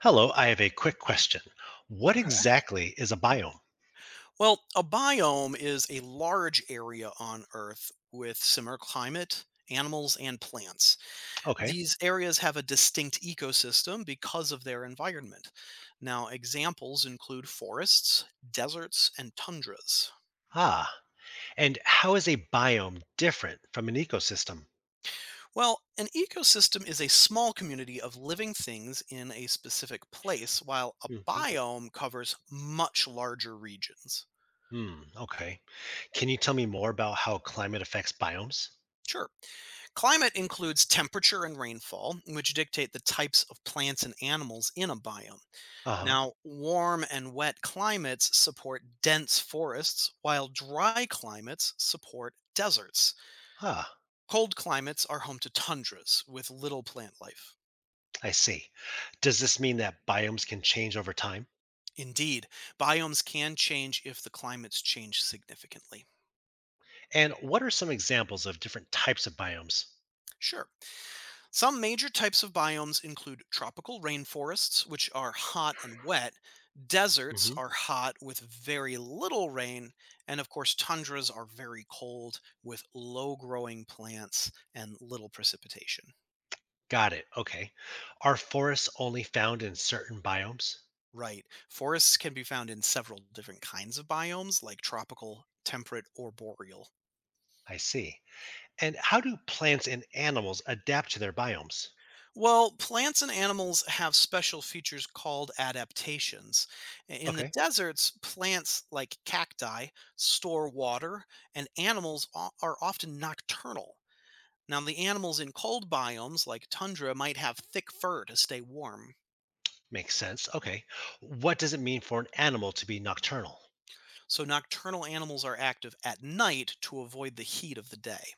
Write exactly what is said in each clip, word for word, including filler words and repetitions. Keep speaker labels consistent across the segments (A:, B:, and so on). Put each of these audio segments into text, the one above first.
A: Hello, I have a quick question. What
B: Okay.
A: exactly is a biome?
B: Well, a biome is a large area on Earth with similar climate, animals, and plants.
A: Okay.
B: These areas have a distinct ecosystem because of their environment. Now, examples include forests, deserts, and tundras.
A: Ah, and how is a biome different from an ecosystem?
B: Well, an ecosystem is a small community of living things in a specific place, while a
A: Hmm.
B: biome covers much larger regions.
A: Hmm, okay. Can you tell me more about how climate affects biomes?
B: Sure. Climate includes temperature and rainfall, which dictate the types of plants and animals in a biome.
A: Uh-huh.
B: Now, warm and wet climates support dense forests, while dry climates support deserts.
A: Ah,
B: Cold climates are home to tundras with little plant life.
A: I see. Does this mean that biomes can change over time?
B: Indeed, biomes can change if the climates change significantly.
A: And what are some examples of different types of biomes?
B: Sure. Some major types of biomes include tropical rainforests, which are hot and wet, deserts
A: Hmm.
B: are hot with very little rain, and of course, tundras are very cold with low growing plants and little precipitation.
A: Got it. Okay. Are forests only found in certain biomes?
B: Right. Forests can be found in several different kinds of biomes, like tropical, temperate, or boreal.
A: I see. And how do plants and animals adapt to their biomes?
B: Well, plants and animals have special features called adaptations. In the
A: Okay,
B: deserts, plants like cacti store water, and animals o- are often nocturnal. Now, the animals in cold biomes like tundra might have thick fur to stay warm.
A: makes sense. Okay. What does it mean for an animal to be nocturnal?
B: So, nocturnal animals are active at night to avoid the heat of the day.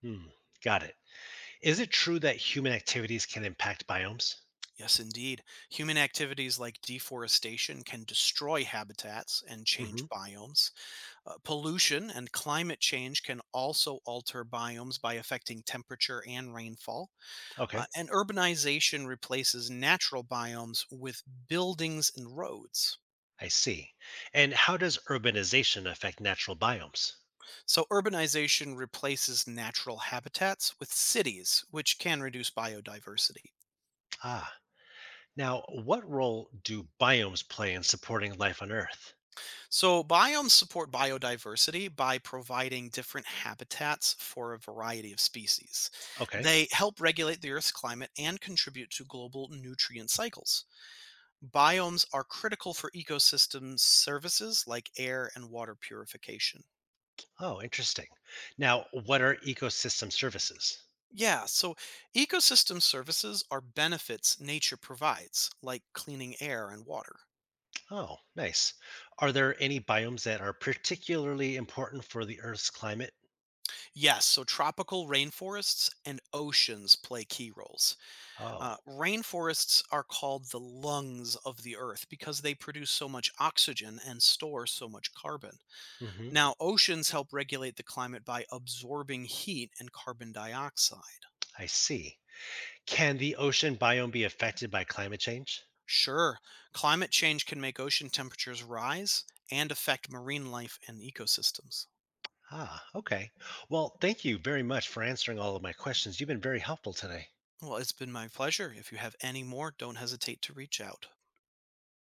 A: Hmm, got it. Is it true that human activities can impact biomes?
B: Yes, indeed. Human activities like deforestation can destroy habitats and
A: Hmm.
B: change biomes. Uh, pollution and climate change can also alter biomes by affecting temperature and rainfall. Uh,
A: Okay,
B: and urbanization replaces natural biomes with buildings and roads.
A: I see. And how does urbanization affect natural biomes?
B: So, urbanization replaces natural habitats with cities, which can reduce biodiversity.
A: Ah, now what role do biomes play in supporting life on Earth?
B: So, biomes support biodiversity by providing different habitats for a variety of species.
A: Okay.
B: They help regulate the Earth's climate and contribute to global nutrient cycles. Biomes are critical for ecosystem services like air and water purification.
A: Oh, interesting. Now, what are ecosystem services?
B: Yeah, so ecosystem services are benefits nature provides, like cleaning air and water.
A: Oh, nice. Are there any biomes that are particularly important for the Earth's climate?
B: Yes, so tropical rainforests and oceans play key roles.
A: Oh.
B: Uh, rainforests are called the lungs of the earth because they produce so much oxygen and store so much carbon.
A: Hmm.
B: Now, oceans help regulate the climate by absorbing heat and carbon dioxide.
A: I see. Can the ocean biome be affected by climate change?
B: Sure, climate change can make ocean temperatures rise and affect marine life and ecosystems.
A: Ah, okay. Well, thank you very much for answering all of my questions. You've been very helpful today.
B: Well, it's been my pleasure. If you have any more, don't hesitate to reach out.